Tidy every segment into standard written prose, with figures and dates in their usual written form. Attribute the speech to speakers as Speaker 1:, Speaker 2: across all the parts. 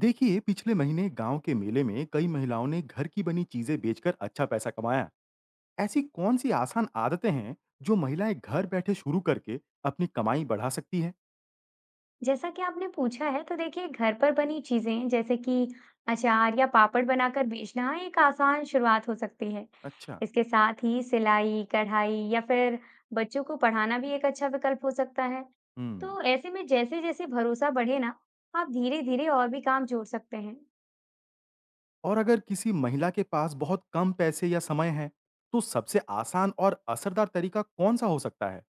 Speaker 1: देखिए, पिछले महीने गांव के मेले में कई महिलाओं ने घर की बनी चीजें बेचकर अच्छा पैसा कमाया। ऐसी कौन सी आसान आदतें हैं जो महिलाएं घर बैठे शुरू करके अपनी कमाई बढ़ा सकती हैं?
Speaker 2: जैसा कि आपने पूछा है तो देखिए घर पर बनी चीजें जैसे कि अचार या पापड़ बनाकर बेचना एक आसान शुरुआत हो सकती है।
Speaker 1: अच्छा।
Speaker 2: इसके साथ ही सिलाई कढ़ाई या फिर बच्चों को पढ़ाना भी एक अच्छा विकल्प हो सकता है।
Speaker 1: हम्म।
Speaker 2: तो ऐसे में जैसे जैसे भरोसा बढ़े ना आप धीरे धीरे और भी काम जोड़ सकते हैं।
Speaker 1: और अगर किसी महिला के पास बहुत कम पैसे या समय है, तो सबसे आसान और असरदार तरीका कौन सा हो सकता है?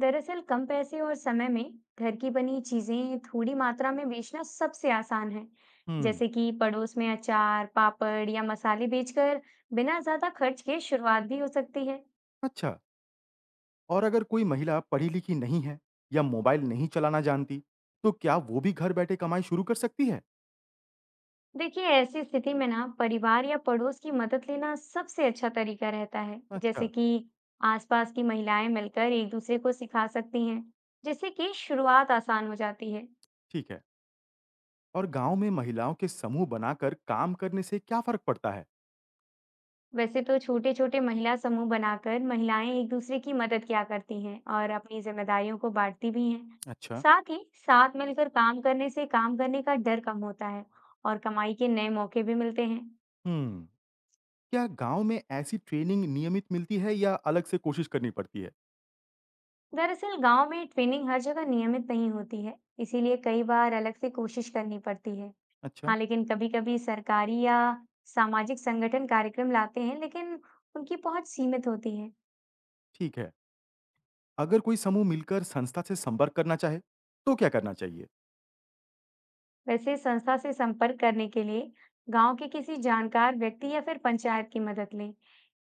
Speaker 2: दरअसल कम पैसे और समय में घर की बनी चीजें थोड़ी मात्रा में बेचना सबसे आसान है।
Speaker 1: हम्म।
Speaker 2: जैसे कि पड़ोस में अचार पापड़ या मसाले बेचकर बिना ज्यादा खर्च के शुरुआत भी हो सकती है।
Speaker 1: अच्छा। और अगर कोई महिला पढ़ी लिखी नहीं है या मोबाइल नहीं चलाना जानती, तो क्या वो भी घर बैठे कमाई शुरू कर सकती है?
Speaker 2: देखिए ऐसी स्थिति में ना परिवार या पड़ोस की मदद लेना सबसे अच्छा तरीका रहता है। जैसे
Speaker 1: अच्छा।
Speaker 2: कि आसपास की महिलाएं मिलकर एक दूसरे को सिखा सकती हैं जिससे कि शुरुआत आसान हो जाती है।
Speaker 1: ठीक है। और गांव में महिलाओं के समूह बनाकर काम करने से क्या फर्क पड़ता है?
Speaker 2: वैसे तो छोटे छोटे महिला समूह बनाकर महिलाएं एक दूसरे की मदद किया करती हैं और अपनी जिम्मेदारियों को बांटती भी हैं।
Speaker 1: अच्छा।
Speaker 2: साथ ही साथ मिलकर काम करने से काम करने का डर कम होता है और कमाई के नए मौके भी मिलते हैं।
Speaker 1: हम्म। क्या गांव में ऐसी ट्रेनिंग नियमित मिलती है या अलग से कोशिश करनी पड़ती है?
Speaker 2: दरअसल गांव में ट्रेनिंग हर जगह नियमित नहीं होती है, इसीलिए कई बार अलग से कोशिश करनी पड़ती है।
Speaker 1: अच्छा।
Speaker 2: हाँ लेकिन कभी कभी सरकारी या सामाजिक संगठन कार्यक्रम लाते हैं लेकिन उनकी पहुंच सीमित होती है।
Speaker 1: ठीक है। अगर कोई समूह मिलकर संस्था से संपर्क करना चाहे, तो क्या करना चाहिए?
Speaker 2: वैसे संस्था से संपर्क करने के लिए गांव के किसी जानकार व्यक्ति या फिर पंचायत की मदद लें।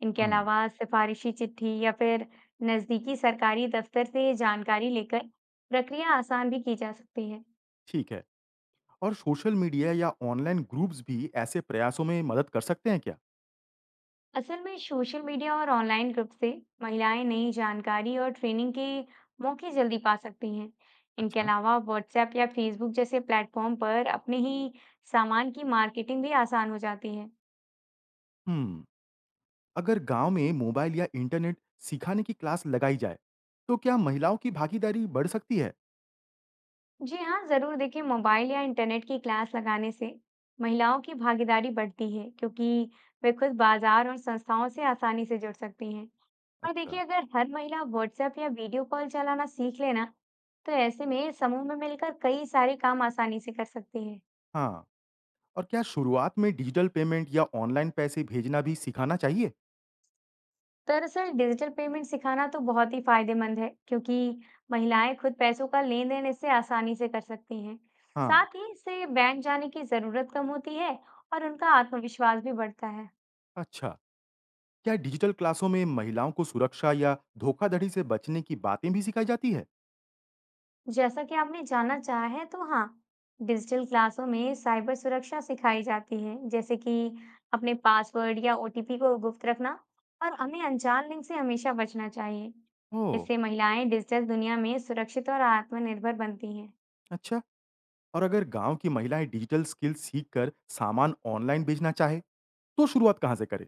Speaker 2: इनके
Speaker 1: हम्म।
Speaker 2: अलावा सिफारिशी चिट्ठी या फिर नजदीकी सरकारी दफ्तर से जानकारी लेकर प्रक्रिया आसान भी की जा सकती है।
Speaker 1: ठीक है। और सोशल मीडिया या ऑनलाइन ग्रुप्स भी ऐसे प्रयासों में मदद कर सकते हैं क्या?
Speaker 2: असल में सोशल मीडिया और ऑनलाइन ग्रुप से महिलाएं नई जानकारी और ट्रेनिंग के मौके जल्दी पा सकती हैं। इनके
Speaker 1: अच्छा।
Speaker 2: अलावा व्हाट्सएप या फेसबुक जैसे प्लेटफॉर्म पर अपने ही सामान की मार्केटिंग भी आसान हो जाती है।
Speaker 1: हम्म। अगर गांव में मोबाइल या इंटरनेट सिखाने की क्लास लगाई जाए, तो क्या महिलाओं की भागीदारी बढ़ सकती है?
Speaker 2: जी हाँ, ज़रूर देखिए मोबाइल या इंटरनेट की क्लास लगाने से महिलाओं की भागीदारी बढ़ती है क्योंकि वे खुद बाजार और संस्थाओं से आसानी से जुड़ सकती हैं। और
Speaker 1: अच्छा।
Speaker 2: देखिए अगर हर महिला व्हाट्सएप या वीडियो कॉल चलाना सीख लेना तो ऐसे में समूह में मिलकर कई सारे काम आसानी से कर सकती है।
Speaker 1: हाँ। और क्या शुरुआत में डिजिटल पेमेंट या ऑनलाइन पैसे भेजना भी सिखाना चाहिए?
Speaker 2: दरअसल डिजिटल पेमेंट सिखाना तो बहुत ही फायदेमंद है क्योंकि महिलाएं खुद पैसों का लेन देन इससे आसानी से कर सकती हैं।
Speaker 1: हाँ,
Speaker 2: साथ ही इससे बैंक जाने की जरूरत कम होती है और उनका आत्मविश्वास भी बढ़ता है।
Speaker 1: अच्छा। क्या डिजिटल क्लासों में महिलाओं को सुरक्षा या धोखाधड़ी से बचने की बातें भी सिखाई जाती है?
Speaker 2: जैसा कि आपने जानना चाहा है, तो हाँ, डिजिटल क्लासों में साइबर सुरक्षा सिखाई जाती है, जैसे कि अपने पासवर्ड या ओटीपी को गुप्त रखना और हमें अनजान लिंक से हमेशा बचना चाहिए।
Speaker 1: ओह,
Speaker 2: इससे महिलाएं डिजिटल दुनिया में सुरक्षित और आत्मनिर्भर बनती हैं।
Speaker 1: अच्छा। और अगर गांव की महिलाएं डिजिटल स्किल सीखकर सामान ऑनलाइन बेचना चाहे, तो शुरुआत कहाँ से करें?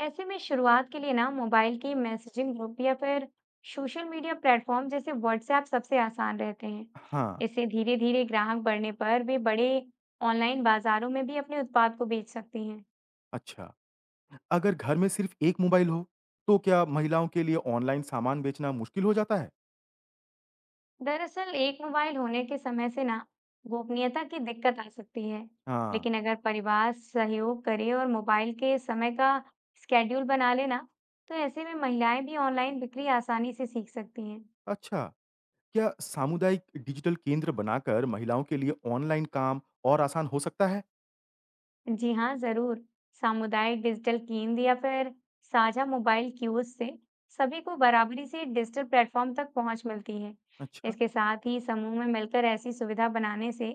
Speaker 2: ऐसे में शुरुआत के लिए ना मोबाइल की मैसेजिंग ग्रुप या फिर सोशल मीडिया प्लेटफॉर्म जैसे व्हाट्सएप सबसे आसान रहते हैं।
Speaker 1: हाँ,
Speaker 2: इससे धीरे धीरे ग्राहक बढ़ने पर वे बड़े ऑनलाइन बाजारों में भी अपने उत्पाद को बेच सकती हैं।
Speaker 1: अच्छा। अगर घर में सिर्फ एक मोबाइल हो, तो क्या महिलाओं के लिए ऑनलाइन सामान बेचना मुश्किल हो जाता है?
Speaker 2: दरअसल एक मोबाइल होने के समय से ना गोपनीयता की दिक्कत आ सकती है,
Speaker 1: हाँ,
Speaker 2: लेकिन अगर परिवार सहयोग करे और मोबाइल के समय का स्केड्यूल बना लेना तो ऐसे में महिलाएं भी ऑनलाइन बिक्री आसानी से सीख सकती हैं।
Speaker 1: अच्छा। क्या सामुदायिक डिजिटल केंद्र बनाकर महिलाओं के लिए ऑनलाइन काम और आसान हो सकता है?
Speaker 2: जी हाँ जरूर, सामुदायिक डिजिटल केंद्र या फिर साझा मोबाइल कियोस्क से सभी को बराबरी से डिजिटल प्लेटफॉर्म तक पहुंच मिलती है।
Speaker 1: अच्छा,
Speaker 2: इसके साथ ही समूह में मिलकर ऐसी सुविधा बनाने से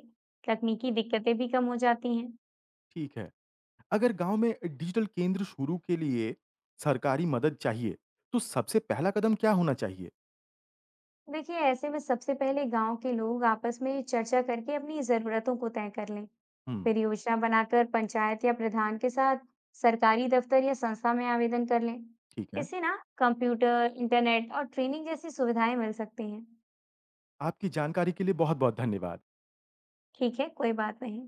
Speaker 2: तकनीकी दिक्कतें भी कम हो जाती हैं।
Speaker 1: ठीक है। अगर गांव में डिजिटल केंद्र शुरू के लिए सरकारी मदद चाहिए, तो सबसे पहला कदम क्या होना चाहिए?
Speaker 2: देखिए ऐसे में सबसे पहले गांव के लोग आपस में चर्चा करके अपनी जरूरतों को तय कर लें।
Speaker 1: हुँ,
Speaker 2: फिर योजना बनाकर पंचायत या प्रधान के साथ सरकारी दफ्तर या संस्था में आवेदन कर लें।
Speaker 1: ठीक है।
Speaker 2: इससे ना कंप्यूटर इंटरनेट और ट्रेनिंग जैसी सुविधाएं मिल सकती हैं।
Speaker 1: आपकी जानकारी के लिए बहुत-बहुत धन्यवाद।
Speaker 2: ठीक है कोई बात नहीं।